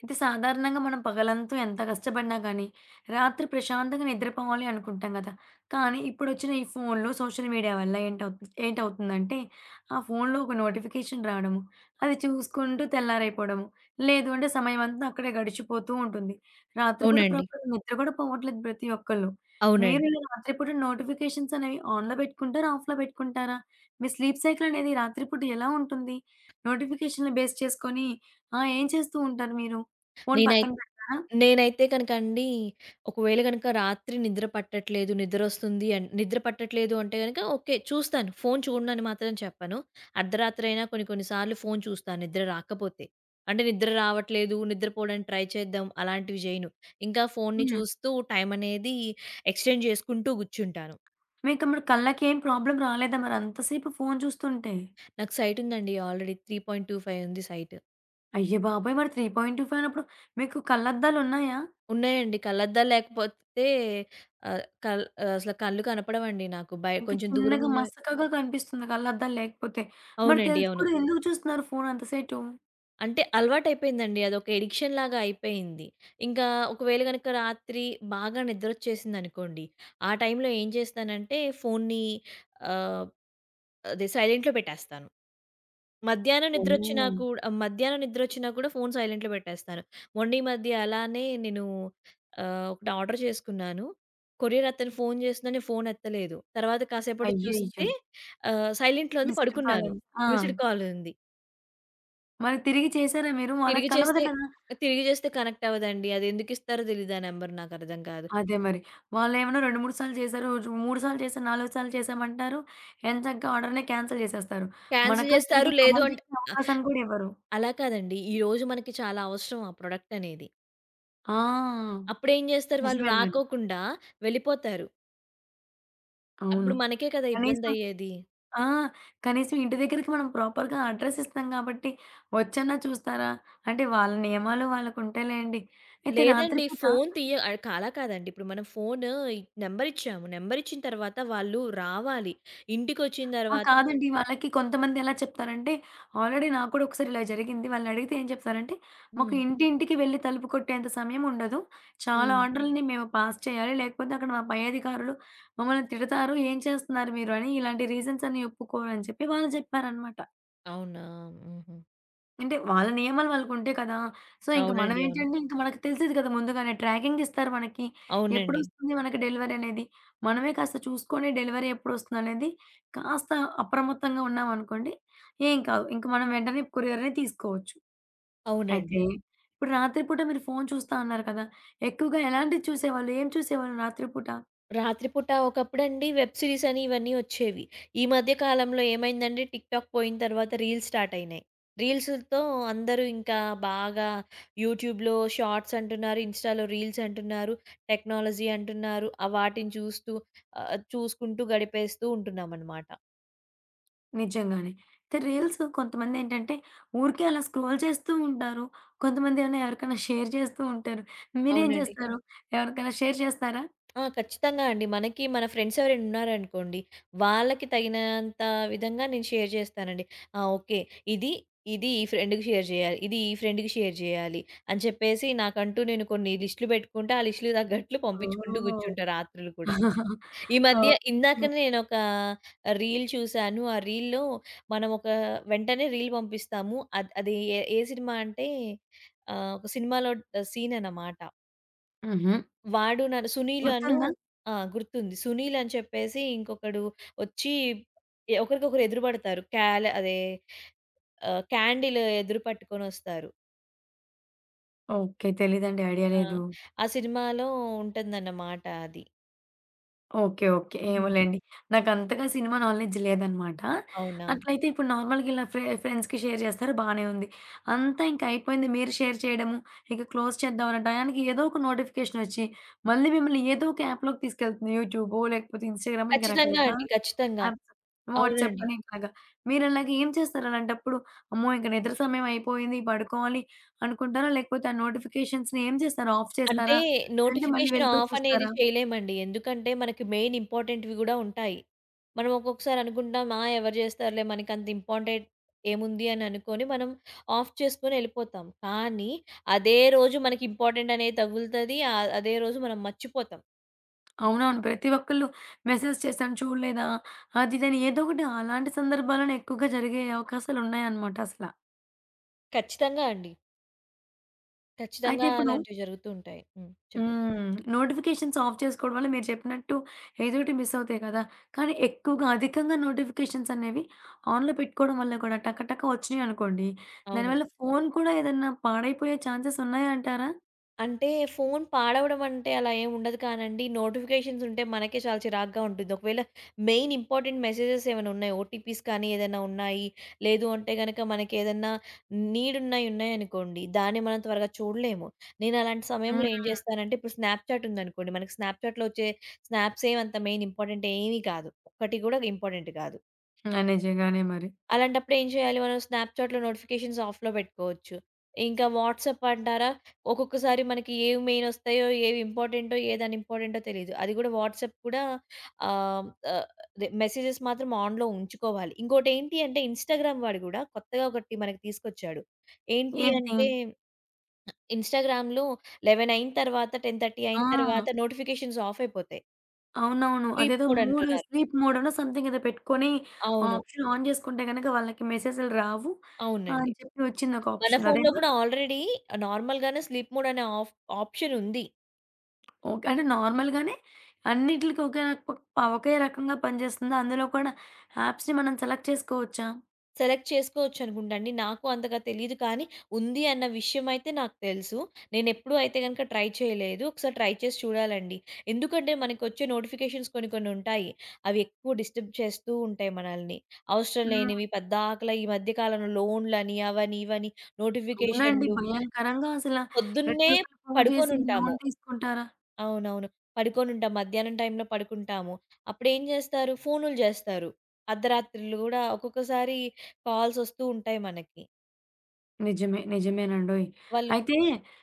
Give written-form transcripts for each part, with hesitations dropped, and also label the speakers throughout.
Speaker 1: అయితే సాధారణంగా మనం పగలంతా ఎంత కష్టపడినా కానీ, రాత్రి ప్రశాంతంగా నిద్రపోవాలి అనుకుంటాం కదా! కానీ ఇప్పుడొచ్చిన ఈ ఫోన్లు, సోషల్ మీడియా వల్ల ఏంటవుతుందంటే, ఆ ఫోన్‌లో ఒక నోటిఫికేషన్ రావడము, అది చూసుకుంటూ తెల్లారైపోవడము, లేదు అంటే సమయం అంతా అక్కడే గడిచిపోతూ ఉంటుంది. రాత్రిపూట
Speaker 2: అవునండి.
Speaker 1: ప్రాపర్ నిద్ర కూడా పోవట్లేదు ప్రతి ఒక్కళ్ళు. మీరు
Speaker 2: అవునండి.
Speaker 1: ఇలా రాత్రిపూట నోటిఫికేషన్స్ అనేవి ఆన్‌లో పెట్టుకుంటారా? ఆఫ్‌లో పెట్టుకుంటారా? మీ స్లీప్ సైకిల్ అనేది రాత్రిపూట ఎలా ఉంటుంది? నోటిఫికేషన్‌లు బేస్ చేసుకొని ఆ! ఏం చేస్తూ ఉంటారు మీరు? ఫోను
Speaker 2: నేనై
Speaker 1: పక్కన పెట్టారా?
Speaker 2: నేనైతే గనక అండి, ఒకవేళ గనక రాత్రి నిద్ర పట్టట్లేదు, నిద్ర పట్టట్లేదు అంటే గనక ఓకే. చూస్తాను. ఫోను చూడనని మాత్రం చెప్పను. అర్ధరాత్రైనా కొన్ని కొన్ని సార్లు ఫోను చూస్తాను నిద్ర రాకపోతే. అంటే నిద్ర రావట్లేదు, నిద్రపోవడానికి ట్రై చేద్దాం అలాంటివి జేయను. ఇంకా ఫోనుని
Speaker 1: హ్మ్.
Speaker 2: చూస్తూ టైం అనేది ఎక్స్‌టెండ్ జేసుకుంటూ గూర్చుంటాను.
Speaker 1: మీకు మరి కళ్ళకేం ప్రాబ్లమ్ రాలేదా మరి అంతసేపు ఫోను చూస్తుంటే?
Speaker 2: నాకు సైటుందండి ఆల్రెడీ 3.25 ఉంది సైట్.
Speaker 1: అయ్య బాబోయ్! మరి 3.25 అన్నప్పుడు మీకు కళ్ళద్దాలున్నాయా?
Speaker 2: ఉన్నాయండి. కళ్ళద్దాలు లేకపోతే అసలు కళ్ళు కనపడవండి నాకు.
Speaker 1: ఇంకా
Speaker 2: కొంచెం దూరం
Speaker 1: చిన్నగా
Speaker 2: ఉన్న
Speaker 1: మసకగా కనిపిస్తుంది కళ్ళద్దాలు లేకపోతే. మరి
Speaker 2: అవునండి.
Speaker 1: తెలిసి
Speaker 2: అవును.
Speaker 1: కూడా ఎందుకు చూస్తున్నారు ఫోను అంత సేటు?
Speaker 2: అంటే అలవాటయిపోయిందండి. అదొక ఎడిక్షన్ లాగా అయిపోయింది. ఇంకా ఒకవేళ గనక రాత్రి బాగా నిద్రొచ్చేసిందనుకోండి, ఆ టైంలో ఏం చేస్తానంటే ఫోన్ని ఆహ్, అదే సైలెంట్‌లో పెట్టేస్తాను.
Speaker 1: ఓహ్!
Speaker 2: మధ్యాహ్నం నిద్రొచ్చినా కూడా ఫోను సైలెంట్‌లో పెట్టేస్తాను. మొన్న ఈ మధ్య అలానే నేను ఒకటి ఆర్డర్ చేసుకున్నాను. కొరియర్ అతను ఫోను చేస్తున్నా నేను ఫోను ఎత్తలేదు. తర్వాత కాసేపటికి
Speaker 1: అయ్యయ్యో!
Speaker 2: చూస్తే సైలెంట్‌లో ఉంది
Speaker 1: విజిటింగ్
Speaker 2: పడుకున్నాను.
Speaker 1: కాలేజ్. ఆ!
Speaker 2: మిస్డ్ కాల్ ఉంది.
Speaker 1: మరి తిరిగి చేసారా మీరు? వాళ్ళకి
Speaker 2: తిరిగి
Speaker 1: కలవదు
Speaker 2: చేస్తే
Speaker 1: కదా!
Speaker 2: తిరిగి చేస్తే కనెక్ట్ అవ్వదండి. అది ఎందుకు ఇస్తారో తెలీదు ఆ నంబర్ నాకర్థం కాదు.
Speaker 1: అదే మరి. వాళ్ళేమన్నా 2, 3 సార్లు చేశారు. రోజు 3 సార్లు చేశారు, 4 సార్లు చేశామంటారు. ఎంచక్కా ఆర్డర్‌నే క్యాన్సిల్ చేసేస్తారు.
Speaker 2: క్యాన్సిల్
Speaker 1: మనకలా
Speaker 2: చేస్తారు.
Speaker 1: తిరిగి
Speaker 2: లేదు
Speaker 1: కాల్
Speaker 2: అంటే
Speaker 1: చేసే
Speaker 2: అ
Speaker 1: అవకాశాన్ని కూడా ఇవ్వరు.
Speaker 2: అలా కాదండి. ఈరోజు మనకి చాలా అవసరం ఆ ప్రొడక్ట్ అనేది.
Speaker 1: ఆ!
Speaker 2: అప్పుడేం చేస్తారు వాళ్ళు
Speaker 1: నిజమే మరి.
Speaker 2: రాకోకుండా వెళ్ళిపోతారు.
Speaker 1: అవును.
Speaker 2: అప్పుడు మనకే కదా
Speaker 1: కనీసం
Speaker 2: ఇబ్బందయ్యేది.
Speaker 1: ఆ! కనీసం ఇంటి దగ్గరికి మనం ప్రాపర్‌గా అడ్రెస్ ఇస్తాం కాబట్టి, వచ్చన్నా చూస్తారా? అంటే వాళ్ళ నియమాలు వాళ్ళకుంటాయిలెండి. అయితే రాత్రి
Speaker 2: లేదండి.
Speaker 1: పూట.
Speaker 2: అలా కాదండి. ఇప్పుడు మనం ఫోను నంబర్ ఇచ్చాము. నంబర్ ఇచ్చిన తర్వాత వాళ్ళు రావాలి. ఇంటికొచ్చిన
Speaker 1: ఆ!
Speaker 2: తర్వాత
Speaker 1: కాదండి. వాళ్ళకి కొంతమంది ఎలా చెప్తారంటే, ఆల్రెడీ నాకు కూడా ఒకసారి ఇలా జరిగింది. వాళ్ళనడిగితే ఏం చెప్తారంటే, "మాకు
Speaker 2: హ్మ్.
Speaker 1: ఇంటింటికి వెళ్లి తలుపు కొట్టేంత సమయం ఉండదు. చాలా
Speaker 2: హ్మ్.
Speaker 1: ఆర్డర్‌లని మేము పాస్ చేయాలి. లేకపోతే అక్కడ మా పై అధికారులు మమ్మల్ని తిడతారు. ఏం చేస్తున్నారు మీరు?" అని ఇలాంటి రీజన్స్ అన్ని ఒప్పుకోరు అని చెప్పి వాళ్ళు చెప్పారనమాట.
Speaker 2: అవునా! హుహు.
Speaker 1: అంటే వాళ్ళ నియమాలు వాళ్ళకుంటాయి కదా! సో, ఇంక
Speaker 2: అవునండి. అవును.
Speaker 1: మనమేంటంటే ఇంక మనకు తెలిసేది కదా! ముందుగానే ట్రాకింగ్ ఇస్తారు మనకి.
Speaker 2: అవునండి.
Speaker 1: ఎప్పుడొస్తుంది మనకి డెలివరీ అనేది. మనమే కాస్త చూసుకొని డెలివరీ ఎప్పుడొస్తుందనేది కాస్త అప్రమత్తంగా ఉన్నామనుకోండి, ఏం కాదు. ఇంక మనం వెంటనే కొరియర్‌ని తీసుకోవచ్చు.
Speaker 2: అవునండి.
Speaker 1: అయితే ఇప్పుడు రాత్రి పూట మీరు ఫోను చూస్తా అన్నారు కదా! ఎక్కువగా ఎలాంటివి చూసేవాళ్ళు? ఏం చూసేవాళ్ళు రాత్రి పూట?
Speaker 2: రాత్రిపూట ఒకప్పుడండి వెబ్ సిరీస్ అని ఇవన్నీ వచ్చేవి. ఈ మధ్య కాలంలో ఏమైందంటే టిక్‌టాక్ పోయిన తర్వాత రీల్స్ స్టార్ట్ అయినాయి. రీల్స్‌తో అందరూ ఇంకా బాగా యూట్యూబ్‌లో షార్ట్స్ అంటున్నారు, ఇన్‌స్టాలో రీల్స్ అంటున్నారు, టెక్నాలజీ అంటున్నారు. ఆ వాటిని చూస్తూ చూసుకుంటూ గడిపేస్తూ ఉంటున్నామనమాట.
Speaker 1: నిజంగానే. అయితే రీల్స్ కొంతమందేంటంటే ఊరికే అలా స్క్రోల్ చేస్తూ ఉంటారు. కొంతమందేమో ఎవరికైనా షేర్ చేస్తూ ఉంటారు. మీరేం
Speaker 2: అవునండి.
Speaker 1: చేస్తారు? ఎవరికైనా షేర్ చేస్తారా?
Speaker 2: ఆ! ఖచ్చితంగా అండి. మనకి మన ఫ్రెండ్స్ ఎవరైనా ఉన్నారనుకోండి, వాళ్ళకి తగినంత విధంగా నేను షేర్ చేస్తానండి. ఆ! ఓకే. ఇది, ఇది ఈ ఫ్రెండ్‌కి షేర్ చేయాలి. ఇది ఈ ఫ్రెండ్‌కి షేర్ చేయాలి. అని చెప్పేసి నాకంటూ నేను కొన్ని లిస్టులు పెట్టుకుంటా. ఆ లిస్టులకి తగ్గట్లు పంపించుకుంటూ
Speaker 1: ఓహ్!
Speaker 2: కూర్చుంటా రాత్రులు కూడా. ఈ మధ్య
Speaker 1: ఓకే.
Speaker 2: ఇందాకనే నేనొక రీల్ చూశాను. ఆ రీల్‌లో మనం ఒక వెంటనే రీల్ పంపిస్తాము. అది ఏ ఏ సినిమా అంటే ఒక సినిమాలో సీన్ అన్నమాట.
Speaker 1: హుహు.
Speaker 2: వాడు నన్ను 'సునీల్' అను
Speaker 1: గుర్తుందా?
Speaker 2: ఆ! గుర్తుంది. 'సునీల్' అని చెప్పేసి ఇంకొకడు వచ్చి ఒకరికొకరు ఎదురు పడతారు. క్యాండిల్ ఎదురు పట్టుకొనొస్తారు.
Speaker 1: ఓకే. తెలీదండి. ఐడియా
Speaker 2: ఆ!
Speaker 1: లేదు.
Speaker 2: ఆ సినిమాలో ఉంటుందన్నమాట అది.
Speaker 1: ఓకే. ఓకే.
Speaker 2: హ్మ్.
Speaker 1: ఏమోలెండి. నాకంతగా సినిమా నాలెడ్జ్ లేదనమాట.
Speaker 2: అవునా!
Speaker 1: అట్లయితే ఇప్పుడు నార్మల్‌గా ఇలా ఫ్రెండ్స్‌కి షేర్ జేస్తారు బానే ఉంది. అంతా ఇంక అయిపోయింది మీరు షేర్ చేయడము, ఇక క్లోజ్ చేద్దాం అనే టయానికి ఏదో ఒక నోటిఫికేషనొచ్చి, మళ్ళీ మిమ్మల్ని ఏదో ఒక యాప్‌లోకి తీసుకెళ్తుంది. యూట్యూబో, లేకపోతే ఇన్‌స్టాగ్రామో ఇంక
Speaker 2: ఖచ్చితంగా
Speaker 1: రకరకాల
Speaker 2: అండి. ఖచ్చితంగా.
Speaker 1: యాప్స్. వాట్సాప్
Speaker 2: అవునండి.
Speaker 1: అని ఇట్లాగా. మీరలాగ ఏం చేస్తారు అలాంటప్పుడు? అమ్మో! ఇంక నిద్ర సమయం అయిపోయింది పడుకోవాలి అనుకుంటారా? లేకపోతే ఆ నోటిఫికేషన్స్‌ని ఏం చేస్తారు? ఆఫ్
Speaker 2: అంటే
Speaker 1: చేస్తారా? లేదంటే మళ్ళీ
Speaker 2: నోటిఫికేషన్
Speaker 1: వెళ్ళిపోయి
Speaker 2: ఆఫ్ అనేది
Speaker 1: చూస్తారా?
Speaker 2: చేయలేమండి. ఎందుకంటే మనకి మెయిన్ ఇంపార్టెంట్‌వి గూడా ఉంటాయి. మనం ఒక్కొక్కసారి అనుకుంటాం, "ఆ! ఎవరు జేస్తారులే మనకంత ఇంపార్టెంట్ ఏముంది" అని అనుకోని మనం ఆఫ్ చేసుకొని ఎళ్ళిపోతాం. కానీ అదే రోజు మనకి ఇంపార్టెంట్ అనేది తగులుతది. అదే రోజు మనం మర్చిపోతాం.
Speaker 1: అవునవును. ప్రతి ఒక్కళ్ళు మెసేజ్ చేశాను చూడలేదా? అది ఇదని ఏదో ఒకటి అలాంటి సందర్భాలను ఎక్కువగా జరిగే అవకాశాలున్నాయన్నమాట అసల.
Speaker 2: ఖచ్చితంగా అండి.
Speaker 1: అయితే
Speaker 2: ఖచ్చితంగా
Speaker 1: ఇప్పుడు
Speaker 2: అలాంటివి జరుగుతూ ఉంటాయి. హ్మ్. చెప్పండి.
Speaker 1: హ్మ్. నోటిఫికేషన్స్ ఆఫ్ చేసుకోవడం వల్ల మీరు చెప్పినట్టు ఏదో ఒకటి మిస్ అవుతాయి కదా! కానీ ఎక్కువగా అధికంగా నోటిఫికేషన్స్ అనేవి ఆన్‌లో పెట్టుకోవడం వల్ల కూడా టక టక వచ్చినాయనుకోండి.
Speaker 2: అవును.
Speaker 1: దానివల్ల ఫోను కూడా ఏదన్నా పాడైపోయే ఛాన్సెస్ ఉన్నాయంటారా?
Speaker 2: అంటే ఫోను పాడవడం అంటే అలా ఏమి ఉండదు కానండి. నోటిఫికేషన్స్ ఉంటే మనకే చాలా చిరాకుగా ఉంటుంది. ఒకవేళ మెయిన్ ఇంపార్టెంట్ మెసేజెస్ ఏమైనా ఉన్నాయి. ఓటీపీస్ కానీ ఏదైనా ఉన్నాయి. లేదు అంటే గనక మనకేదన్నా నీడ్ ఉన్నాయనుకోండి. దాన్ని మనం త్వరగా చూడలేము. నేను అలాంటి సమయంలో ఏం
Speaker 1: హ్మ్.
Speaker 2: చేస్తానంటే ఇప్పుడు స్నాప్‌చాట్ ఉందనుకోండి. మనకి స్నాప్‌చాట్‌లో వచ్చే స్నాప్స్ ఏమి అంత మెయిన్ ఇంపార్టెంట్ ఏమీ కాదు. ఒక్కటి కూడా ఇంపార్టెంట్ కాదు.
Speaker 1: ఆ! నిజంగానే మరి.
Speaker 2: అలాంటప్పుడు ఏం చేయాలి మనం స్నాప్‌చాట్‌లో నోటిఫికేషన్స్ ఆఫ్‌లో పెట్టుకోవచ్చు. ఇంకా వాట్సాప్ అంటారా? ఒక్కొక్కసారి మనకి ఏవి మెయిల్ ఒస్తాయో, ఏవి ఇంపార్టెంటో, ఏది అన్‌ఇంపార్టెంటో తెలీదు. అది కూడా వాట్సాప్ కూడా ఆహ్, ఆహ్, అదే మెసేజెస్ మాత్రం ఆన్‌లో ఉంచుకోవాలి. ఇంకోటేంటి అంటే ఇన్‌స్టాగ్రామ్ వాడు గూడా కొత్తగా ఒకటి మనకి తీసుకొచ్చాడు. ఏంటి
Speaker 1: ఏంటిది?
Speaker 2: అంటే ఇన్‌స్టాగ్రామ్‌లో 11 అయిన తర్వాత 10:30
Speaker 1: ఆ!
Speaker 2: అయిన తర్వాత నోటిఫికేషన్స్ ఆఫ్ అయిపోతాయి.
Speaker 1: అవునవును.
Speaker 2: స్లీప్
Speaker 1: అదేదో
Speaker 2: మోడ్ అంటున్నారు.
Speaker 1: స్లీప్ మోడనో సంథింగ్ ఏదో పెట్టుకొని ఆ
Speaker 2: అవును.
Speaker 1: ఆప్షన్ ఆన్ చేసుకుంటే గనక వాళ్ళకి మెసేజ్‌లు రావు ఆ,
Speaker 2: అవునండి.
Speaker 1: అని చెప్పి వచ్చిందొక
Speaker 2: మన
Speaker 1: ఆప్షన్.
Speaker 2: ఫోన్‌లో
Speaker 1: అదేనా?
Speaker 2: కూడా ఆల్రెడీ నార్మల్‌గానే స్లీప్ మోడ్ అనే ఆఫ్ ఆప్షన్ ఉంది.
Speaker 1: ఓకే. అంటే నార్మల్‌గానే అన్నిట్లకి ఒకే రకంగా పనిచేస్తుందా? అందులో కూడా యాప్స్‌ని మనం సెలెక్ట్ చేసుకోవచ్చా?
Speaker 2: సెలెక్ట్ చేసుకోవచ్చు అనుకుంటా అండి. నాకు అంతగా తెలీదు కానీ, ఉంది అన్న విషయం అయితే నాకు తెలుసు. నేనెప్పుడూ అయితే గనుక ట్రై చేయలేదు. ఒకసారి ట్రై చేసి చూడాలండి. ఎందుకంటే మనకొచ్చే నోటిఫికేషన్స్ కొన్ని కొన్ని ఉంటాయి. అవి ఎక్కువ డిస్టర్బ్ చేస్తూ ఉంటాయి మనల్ని. అవసరం
Speaker 1: హ్మ్.
Speaker 2: లేనివి పద్దాకల ఈ మధ్య కాలంలో లోన్‌లని అవని ఇవని
Speaker 1: అవునండి.
Speaker 2: నోటిఫికేషన్‌లు
Speaker 1: భయంకరంగా అసల ప్రతి
Speaker 2: పొద్దున్నే
Speaker 1: ఒక్కళ్ళు ఫోను చేసి
Speaker 2: పడుకొనుంటాము.
Speaker 1: లోన్ తీసుకుంటారా?
Speaker 2: అవునవును. పడుకోనుంటాం. మధ్యాహ్నం టైంలో పడుకుంటాము. అప్పుడేం జేస్తారు, ఫోనులు జేస్తారు. అర్ధరాత్రులు గూడా ఒక్కొక్కసారి కాల్సొస్తూ ఉంటాయి మనకి.
Speaker 1: నిజమే. నిజమేనండోయ్!
Speaker 2: వాళ్ళు
Speaker 1: అయితే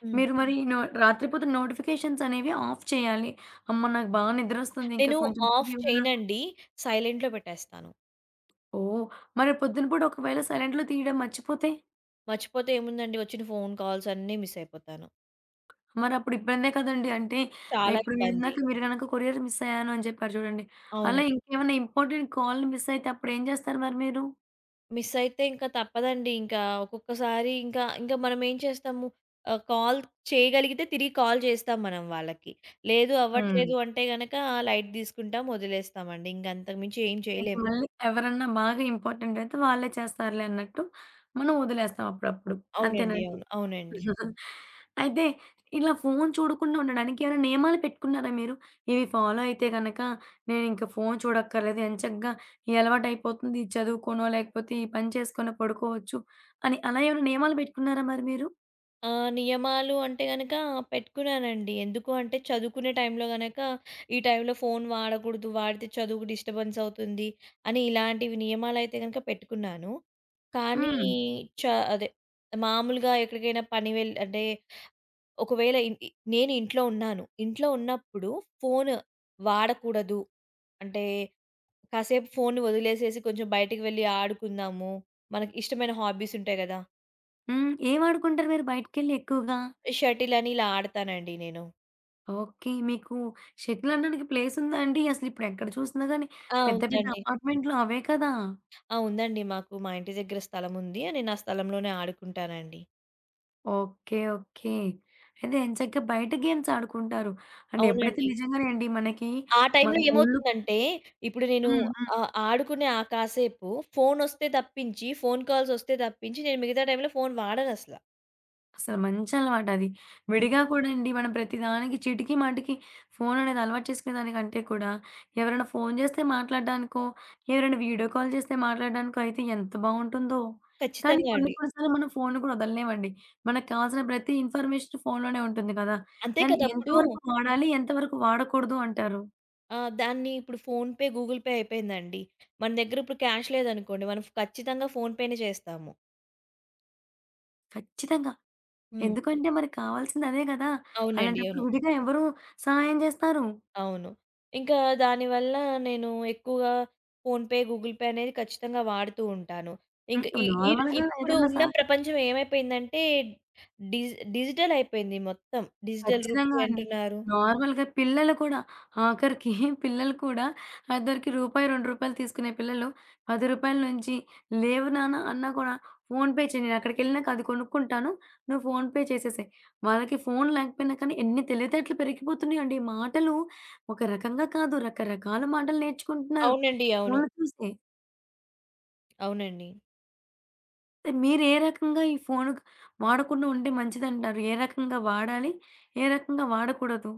Speaker 2: హ్మ్.
Speaker 1: మీరు మరి నో రాత్రిపూట నోటిఫికేషన్స్ అనేవి ఆఫ్ చేయాలి. అమ్మ! నాకు బాగా నిద్రొస్తుంది. ఇంకా
Speaker 2: నేను
Speaker 1: కొంచెం సేపు
Speaker 2: ఆఫ్
Speaker 1: ఇవాళ.
Speaker 2: చేయనండి. సైలెంట్‌లో పెట్టేస్తాను.
Speaker 1: ఓహ్! మరి పొద్దున పూట ఒకవేళ సైలెంట్‌లో తీయడం మర్చిపోతే?
Speaker 2: మర్చిపోతే ఏముందండి, వచ్చిన ఫోను కాల్స్ అన్నీ మిస్ అయిపోతాను.
Speaker 1: మరప్పుడు ఇబ్బందే కదండీ. అంటే
Speaker 2: చాలా
Speaker 1: ఇప్పుడు
Speaker 2: ఇబ్బంది.
Speaker 1: ఇందాక మీరు గనక కొరియర్ మిస్ అయ్యాను అని చెప్పారు చూడండి.
Speaker 2: అవును.
Speaker 1: అలా ఇంకేమైనా ఇంపార్టెంట్ కాల్‌ని మిస్ అయితే అప్పుడేం చేస్తారు మరి మీరు?
Speaker 2: మిస్ అయితే ఇంకా తప్పదండి. ఇంకా ఒక్కొక్కసారి ఇంకా, ఇంకా మనం ఏం చేస్తాము కాల్ చేయగలిగితే తిరిగి కాల్ చేస్తాం మనం వాళ్ళకి. లేదు
Speaker 1: హ్మ్.
Speaker 2: అవ్వట్లేదు అంటే గనక లైట్ తీసుకుంటాం, వదిలేస్తామండి. ఇంక అంతకు మించి ఏం
Speaker 1: ఇంక
Speaker 2: చేయలేం.
Speaker 1: మళ్ళీ ఎవరన్నా బాగా ఇంపార్టెంట్ అయితే వాళ్ళే చేస్తారులే అన్నట్టు మనం వదిలేస్తాం అప్పుడప్పుడు. అంతేనా
Speaker 2: అవునండి.
Speaker 1: అండి?
Speaker 2: అవును. అవునండి.
Speaker 1: అయితే ఇలా ఫోను చూడకుండా ఉండడానికి ఏమైనా నియమాలు పెట్టుకున్నారా మీరు? ఇవి ఫాలో అయితే గనక నేనింక ఫోను చూడక్కర్లేదు. ఎంచక్కా ఈ అలవాటయిపోతుంది. ఇది చదువుకోనో, లేకపోతే ఈ పని చేసుకొనో పడుకోవచ్చు అని అలా ఏమైనా నియమాలు పెట్టుకున్నారా మరి మీరు?
Speaker 2: ఆ! నియమాలు అంటే గనక పెట్టుకున్నానండి. ఎందుకు అంటే చదువుకునే టైంలో గనక ఈ టైంలో ఫోను వాడకూడదు, వాడితే చదువుకు డిస్టర్బెన్స్ అవుతుంది అని ఇలాంటివి నియమాలైతే గనక పెట్టుకున్నాను. కానీ
Speaker 1: హ్మ్.
Speaker 2: చ అదే మామూలుగా ఎక్కడికైనా పని వెళ్ అంటే ఒకవేళ ఇన్ ఇ నేను ఇంట్లో ఉన్నాను. ఇంట్లో ఉన్నప్పుడు ఫోను వాడకూడదు. అంటే కాసేపు ఫోను వదిలేసేసి కొంచెం బయటికి వెళ్లి ఆడుకుందాము. మనకి ఇష్టమైన హాబీస్ ఉంటాయి గదా!
Speaker 1: హ్మ్. ఏం ఆడుకుంటారు మీరు బయటికెళ్ళి ఎక్కువగా?
Speaker 2: షటిల్ అని ఇలా ఆడతానండి నేను.
Speaker 1: ఓకే. మీకు షటిల్ ఆడడానికి ప్లేసుందా అండి? అసలిప్పుడెక్కడ చూసినా గానీ
Speaker 2: ఆ!
Speaker 1: పెద్ద పెద్ద
Speaker 2: ఉందండి.
Speaker 1: అపార్ట్‌మెంట్‌లో అవే కదా!
Speaker 2: ఆ! ఉందండి. మాకు మా ఇంటి దగ్గర స్థలం ఉంది. నేను ఆ స్థలంలోనే ఆడుకుంటానండి.
Speaker 1: ఓకే. ఓకే. అయితే ఎంచక్కా బయట గేమ్స్ ఆడుకుంటారు. అండ్ ఎప్పుడైతే
Speaker 2: అవునండి.
Speaker 1: నిజంగానండి మనకి
Speaker 2: ఆ
Speaker 1: మన
Speaker 2: టైంలో
Speaker 1: ఒళ్ళు.
Speaker 2: ఏమవుతుందంటే, ఇప్పుడు నేను
Speaker 1: హ్మ్. హ్మ్.
Speaker 2: ఆడుకునే ఆ కాసేపు ఫోను కాల్సొస్తే తప్పించి, నేను మిగతా టైంలో ఫోను వాడనసల.
Speaker 1: అసలు మంచి అలవాటది.
Speaker 2: హ్మ్.
Speaker 1: విడిగా కూడా అండి మనం ప్రతిదానికి చీటికి మాటికి ఫోన్ అనేది అలవాటు చేసుకునే దానికంటే కూడా ఎవరైనా ఫోన్ చేస్తే మాట్లాడడానికో, ఎవరైనా వీడియో కాల్ చేస్తే మాట్లాడడానికో అయితే ఎంత బావుంటుందో. కానీ
Speaker 2: ఖచ్చితంగా
Speaker 1: కొన్ని
Speaker 2: అండి.
Speaker 1: కొన్ని సార్లు మనం ఫోన్‌ని కూడా వదలలేమండి. మనకు కావాల్సిన ప్రతి ఇన్ఫర్మేషన్ ఫోన్‌లోనే ఉంటుంది కదా!
Speaker 2: అంతే
Speaker 1: దాన్ని
Speaker 2: కదా! అప్పుడు
Speaker 1: ఎంతవరకు వాడాలి? ఎంతవరకు వాడకూడదు అంటారు?
Speaker 2: దాన్ని ఇప్పుడు ఫోన్‌పే, గూగుల్ పే అయిపోయిందండి. మన దగ్గర ఇప్పుడు క్యాష్ లేదనుకోండి, మనం ఖచ్చితంగా ఫోన్‌పేనే చేస్తాము.
Speaker 1: ఖచ్చితంగా.
Speaker 2: హ్మ్.
Speaker 1: ఎందుకంటే మరి కావాల్సింది అదే గదా!
Speaker 2: అవునండి.
Speaker 1: అలాంటప్పుడు
Speaker 2: అవును.
Speaker 1: విడిగా ఎవరు సహాయం జేస్తారు?
Speaker 2: అవును. ఇంకా దానివల్ల నేను ఎక్కువగా ఫోన్‌పే, గూగుల్ పే అనేది ఖచ్చితంగా వాడుతూ ఉంటాను.
Speaker 1: హ్మ్.
Speaker 2: ఇంక ఈ ఈ
Speaker 1: నార్మల్‌గా
Speaker 2: ఇప్పుడు
Speaker 1: ఏదన్నా
Speaker 2: ఉన్న ప్రపంచం ఏమైపోయిందంటే డిజిటల్ అయిపోయింది మొత్తం. డిజిటల్ రూపీ
Speaker 1: ఖచ్చితంగా అండి.
Speaker 2: అంటున్నారు.
Speaker 1: నార్మల్‌గా పిల్లలు కూడా ఆఖరికి పిల్లలు కూడా ఆఖరికి రూపాయి, రూ. 2 తీసుకునే పిల్లలు రూ. 10 నుంచి "లేవు నాన్న" అన్నా కూడా ఫోన్‌పే చెయ్యి. నేనక్కడికెళ్ళినాక అది కొనుక్కుంటాను. నువ్వు ఫోన్‌పే చేసేసేయి. వాళ్ళకి ఫోన్ లేకపోయినా కానీ ఎన్ని తెలివితేటలు పెరిగిపోతున్నాయండి. మాటలు ఒక రకంగా కాదు రకరకాల మాటలు నేర్చుకుంటున్నారు
Speaker 2: అవునండి. అవును.
Speaker 1: ఫోన్లు చూసే.
Speaker 2: అవునండి.
Speaker 1: మీరు ఏ రకంగా ఈ ఫోను వాడకుండా ఉంటే మంచిదంటారు? ఏ రకంగా వాడాలి? ఏ రకంగా వాడకూడదు?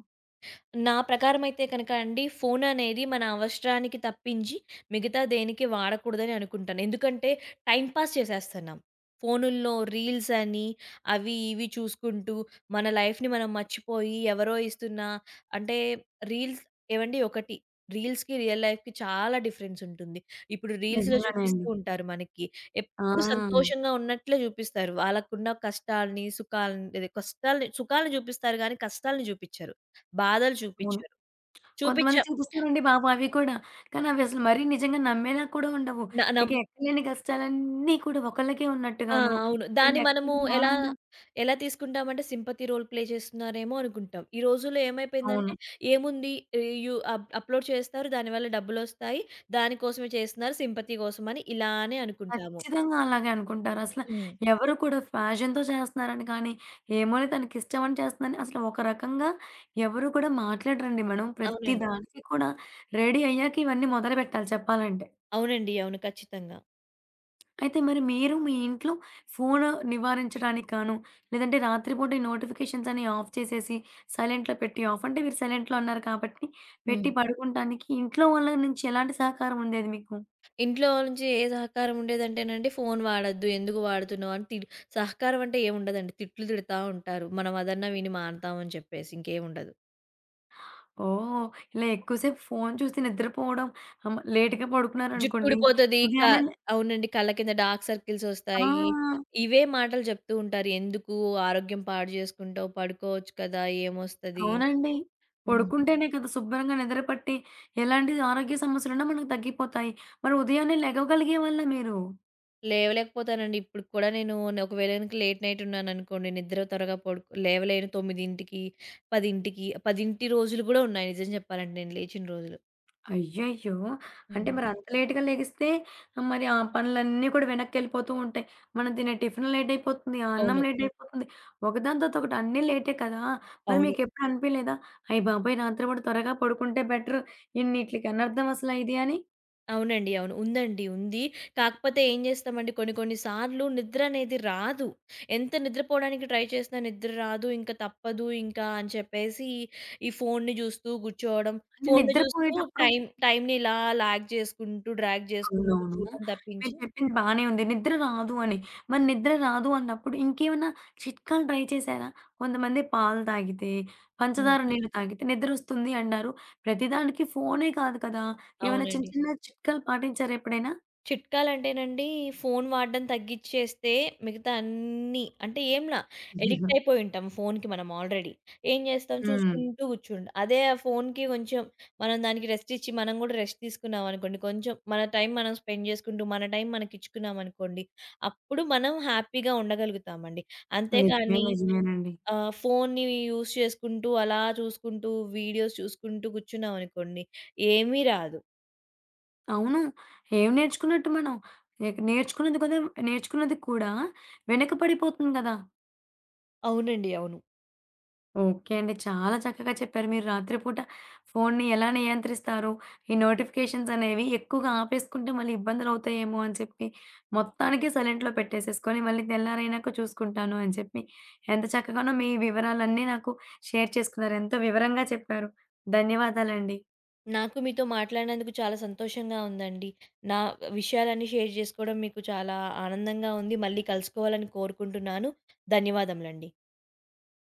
Speaker 2: నా ప్రకారమైతే కనుక అండి, ఫోననేది మన అవసరానికి తప్పించి, మిగతా దేనికి వాడకూడదని అనుకుంటాను. ఎందుకంటే, టైం పాస్ చేసేస్తన్నాం. ఫోనుల్లో రీల్స్ అని, అవి ఇవి చూసుకుంటూ, మన లైఫ్‌ని మనం మర్చిపోయి, ఎవరో ఇస్తున్న అంటే, రీల్స్ ఏవండీ ఒకటి, రీల్స్‌కి, రియల్ లైఫ్‌కి చాలా డిఫరెన్స్ ఉంటుంది. ఇప్పుడు రీల్స్‌లో
Speaker 1: నిజంగానే అండి.
Speaker 2: చూపిస్తూ ఉంటారు మనకి. ఎప్పుడు
Speaker 1: ఆ!
Speaker 2: సంతోషంగా ఉన్నట్లే చూపిస్తారు. వాళ్ళకున్న కష్టాల్ని, సుఖాల్ని అదే కష్టాల్ని సుఖాల్ని చూపిస్తారు గానీ, కష్టాల్ని చూపిచ్చరు. బాధలు
Speaker 1: అవును.
Speaker 2: చూపిచ్చారు.
Speaker 1: కొంతమంది
Speaker 2: చూపిచ్చాం.
Speaker 1: చూపిస్తారండి బాబు అవి కూడా. కానీ అవి అసలు మరీ నిజంగా నమ్మేలా కూడా ఉండవు.
Speaker 2: న
Speaker 1: ఇక
Speaker 2: నమ్
Speaker 1: ఎక్కడలేని కష్టాలన్నీ కూడా ఒకళ్ళకే
Speaker 2: ఆ!
Speaker 1: ఉన్నట్టుగాను,
Speaker 2: అవును.
Speaker 1: రెండు
Speaker 2: దాన్ని మనము
Speaker 1: ఎక్కడలేని
Speaker 2: ఎలా,
Speaker 1: ఆనందం.
Speaker 2: ఎలా తీసుకుంటామంటే సింపతి రోల్ ప్లే చేస్తున్నారేమో అనుకుంటాం. ఈ రోజుల్లో
Speaker 1: అవును.
Speaker 2: ఏమైపోయిందంటే ఏముంది ఈ యు అప్ అప్‌లోడ్ చేస్తారు. దానివల్ల డబ్బులొస్తాయి. దానికోసమే చేస్తున్నారు సింపతి కోసమని ఇలానే అనుకుంటాము.
Speaker 1: ఖచ్చితంగా అలాగే అనుకుంటారు. అసల
Speaker 2: హ్మ్.
Speaker 1: ఎవరు కూడా ఫ్యాషన్‌తో చేస్తున్నారని కానీ, ఏమోలే తనకిష్టమని చేస్తుందని అసలు ఒక రకంగా ఎవరు కూడా మాట్లాడరండి మనం. ప్రతి
Speaker 2: అవునండి.
Speaker 1: దానికి కూడా రెడీ అయ్యాక ఇవన్నీ మొదలుపెట్టాలి చెప్పాలంటే.
Speaker 2: అవునండి. అవును. ఖచ్చితంగా.
Speaker 1: అయితే మరి మీరు మీ ఇంట్లో ఫోను నివారించడానికి గాను, లేదంటే రాత్రిపూట ఈ నోటిఫికేషన్స్ అన్ని ఆఫ్ చేసేసి సైలెంట్‌లో పెట్టి ఆఫ్ అంటే మీరు సైలెంట్‌లో అన్నారు కాబట్టి
Speaker 2: హ్మ్.
Speaker 1: పెట్టి పడుకుంటానికి ఇంట్లో వాళ్ళ నుంచి ఎలాంటి సహకారం ఉండేది మీకు?
Speaker 2: ఇంట్లో నుంచి ఏ సహకారం ఉండేదంటేనండి ఫోను వాడొద్దు. ఎందుకు వాడుతున్నావు అని తిడ్ సహకారం అంటే ఏముండదండి. తిట్లు తిడతా ఉంటారు. మనం అదన్నా విని మానతామని చెప్పేసి ఇంకేముండదు.
Speaker 1: ఓహ్! ఇలా ఎక్కువసేపు ఫోను చూసి నిద్రపోవడం లేట్‌గా
Speaker 2: జుట్టు
Speaker 1: పడుకున్నారనుకోండి,
Speaker 2: ఊడిపోతది. క
Speaker 1: ఉదయాన్నే
Speaker 2: అవునండి. కళ్ళ కింద డార్క్ సర్కిల్స్
Speaker 1: ఆ!
Speaker 2: ఒస్తాయి. ఇవే మాటలు చెప్తూ ఉంటారు. "ఎందుకు ఆరోగ్యం పాడు జేసుకుంటావు? పడుకోవచ్చు కదా! ఏమొస్తది?"
Speaker 1: అవునండి.
Speaker 2: హ్మ్.
Speaker 1: పడుకుంటేనే కదా శుభ్రంగా నిద్ర పట్టి ఎలాంటి ఆరోగ్య సమస్యలున్నా మనకు తగ్గిపోతాయి. మరి ఉదయాన్నే లెగవగలిగే వాళ్ళా మీరు?
Speaker 2: లేవలేకపోతానండి. ఇప్పుడికి కూడా ఒకవేళ గనుక లేట్ నైట్ ఉన్నాననుకోండి, నిద్ర త్వరగా పడుకో లేవలేను 9కి, 10కి, 10 రోజులు గూడా ఉన్నాయి నిజం జెప్పాలంటే నేను లేచిన రోజులు.
Speaker 1: అయ్యయ్యో! అంటే
Speaker 2: హ్మ్.
Speaker 1: మరి అంత లేట్‌గా లెగిస్తే మరి ఆ పనులన్నీ కూడా వెనక్కెళ్ళిపోతూ ఉంటాయి. మనం తినే టిఫిన్ లేట్ అయిపోతుంది. ఆ అన్నం
Speaker 2: అవును.
Speaker 1: లేట్ అయిపోతుంది. ఒకదాని తర్వాత ఒకటి అన్నీ లేటే కదా! మరి
Speaker 2: అవును.
Speaker 1: మీకెప్పుడు అనిపియలేదా? అయ్య బాబోయ్! రాత్రి పూట త్వరగా పడుకుంటే బెటరు. ఇన్నిట్లికి అనర్థం అసల ఇది అని.
Speaker 2: అవునండి. అవును. ఉందండి. ఉంది. కాకపోతే ఏం జేస్తామండి కొన్ని కొన్ని సార్లు నిద్ర అనేది రాదు. ఎంత నిద్రపోవడానికి ట్రై చేసినా నిద్ర రాదు. ఇంక తప్పదు ఇంకా అని చెప్పేసి ఈ ఫోన్‌ని జూస్తూ గూర్చోవడం.
Speaker 1: అంటే
Speaker 2: ఫోన్‌ని జూస్తూ
Speaker 1: నిద్రపోయేటప్పుడు.
Speaker 2: టైంని ఇలా లాగ్ జేసుకుంటూ, డ్రాగ్ జేసుకుంటూ
Speaker 1: అవునవును.
Speaker 2: చూడడం
Speaker 1: మీరు
Speaker 2: తప్పించి
Speaker 1: చెప్పింది బానే ఉంది. నిద్ర రాదు అని. మరి నిద్ర రాదు అన్నప్పుడు ఇంకేమన్నా చిట్కాలు ట్రై చేశారా? కొంతమంది పాలు తాగితే,
Speaker 2: హ్మ్.
Speaker 1: పంచదార నీళ్ళు తాగితే నిద్రొస్తుంది అంటారు. ప్రతిదానికి ఫోనే కాదు కదా! ఏమైనా చిన్న
Speaker 2: అవునండి.
Speaker 1: చిన్న చిట్కాలు పాటించారా ఎప్పుడైనా?
Speaker 2: చిట్కాలంటేనండి, ఫోను వాడడం తగ్గిచ్చేస్తే మిగతా అన్నీ అంటే ఏంలా ఎడిక్ట్ అయిపోయి ఉంటాం ఫోనుకి మనం ఆల్రెడీ. ఏం చేస్తాం
Speaker 1: హ్మ్.
Speaker 2: చూసుకుంటూ కూర్చుంటాం. అదే ఆ ఫోనుకి కొంచెం మనం దానికి రెస్ట్ ఇచ్చి మనం గూడా రెస్ట్ తీసుకున్నామనుకోండి, కొంచెం మన టైం మనం స్పెండ్ చేసుకుంటూ, మన టైం మనకిచ్చుకున్నామనుకోండి, అప్పుడు మనం హ్యాపీగా ఉండగలుగుతామండి.
Speaker 1: నిజమే.
Speaker 2: అంతేకానీ
Speaker 1: నిజమేనండి.
Speaker 2: ఫోన్ని యూజ్ చేసుకుంటూ, అలా చూసుకుంటూ, వీడియోస్ చూసుకుంటూ కూర్చున్నామనుకోండి, ఏమీ రాదు.
Speaker 1: అవును. ఏం నేర్చుకున్నట్టు మనం? ఇక నేర్చుకున్నది కదా! నేర్చుకున్నది కూడా వెనక పడిపోతుంది కదా!
Speaker 2: అవునండి. అవును.
Speaker 1: ఓకే అండి. చాలా చక్కగా చెప్పారు. మీరు రాత్రిపూట ఫోన్‌ని ఎలా నియంత్రిస్తారు? ఈ నోటిఫికేషన్స్ అనేవి ఎక్కువగా ఆపేసుకుంటే మళ్ళీ ఇబ్బందులవుతాయేమో అని చెప్పి, మొత్తానికి సైలెంట్‌లో పెట్టేసేసుకొని మళ్ళీ తెల్లారైనాక చూసుకుంటాను అని చెప్పి, ఎంత చక్కగానో మీ వివరాలన్నీ నాకు షేర్ చేసుకున్నారు. ఎంతో వివరంగా చెప్పారు. ధన్యవాదాలండి.
Speaker 2: నాకు మీతో మాట్లాడినందుకు చాలా సంతోషంగా ఉందండి. నా విషయాలన్నీ షేర్ జేసుకోవడం మీకు చాలా ఆనందంగా ఉంది. మళ్ళీ కలుసుకోవాలని కోరుకుంటున్నాను. ధన్యవాదములండి.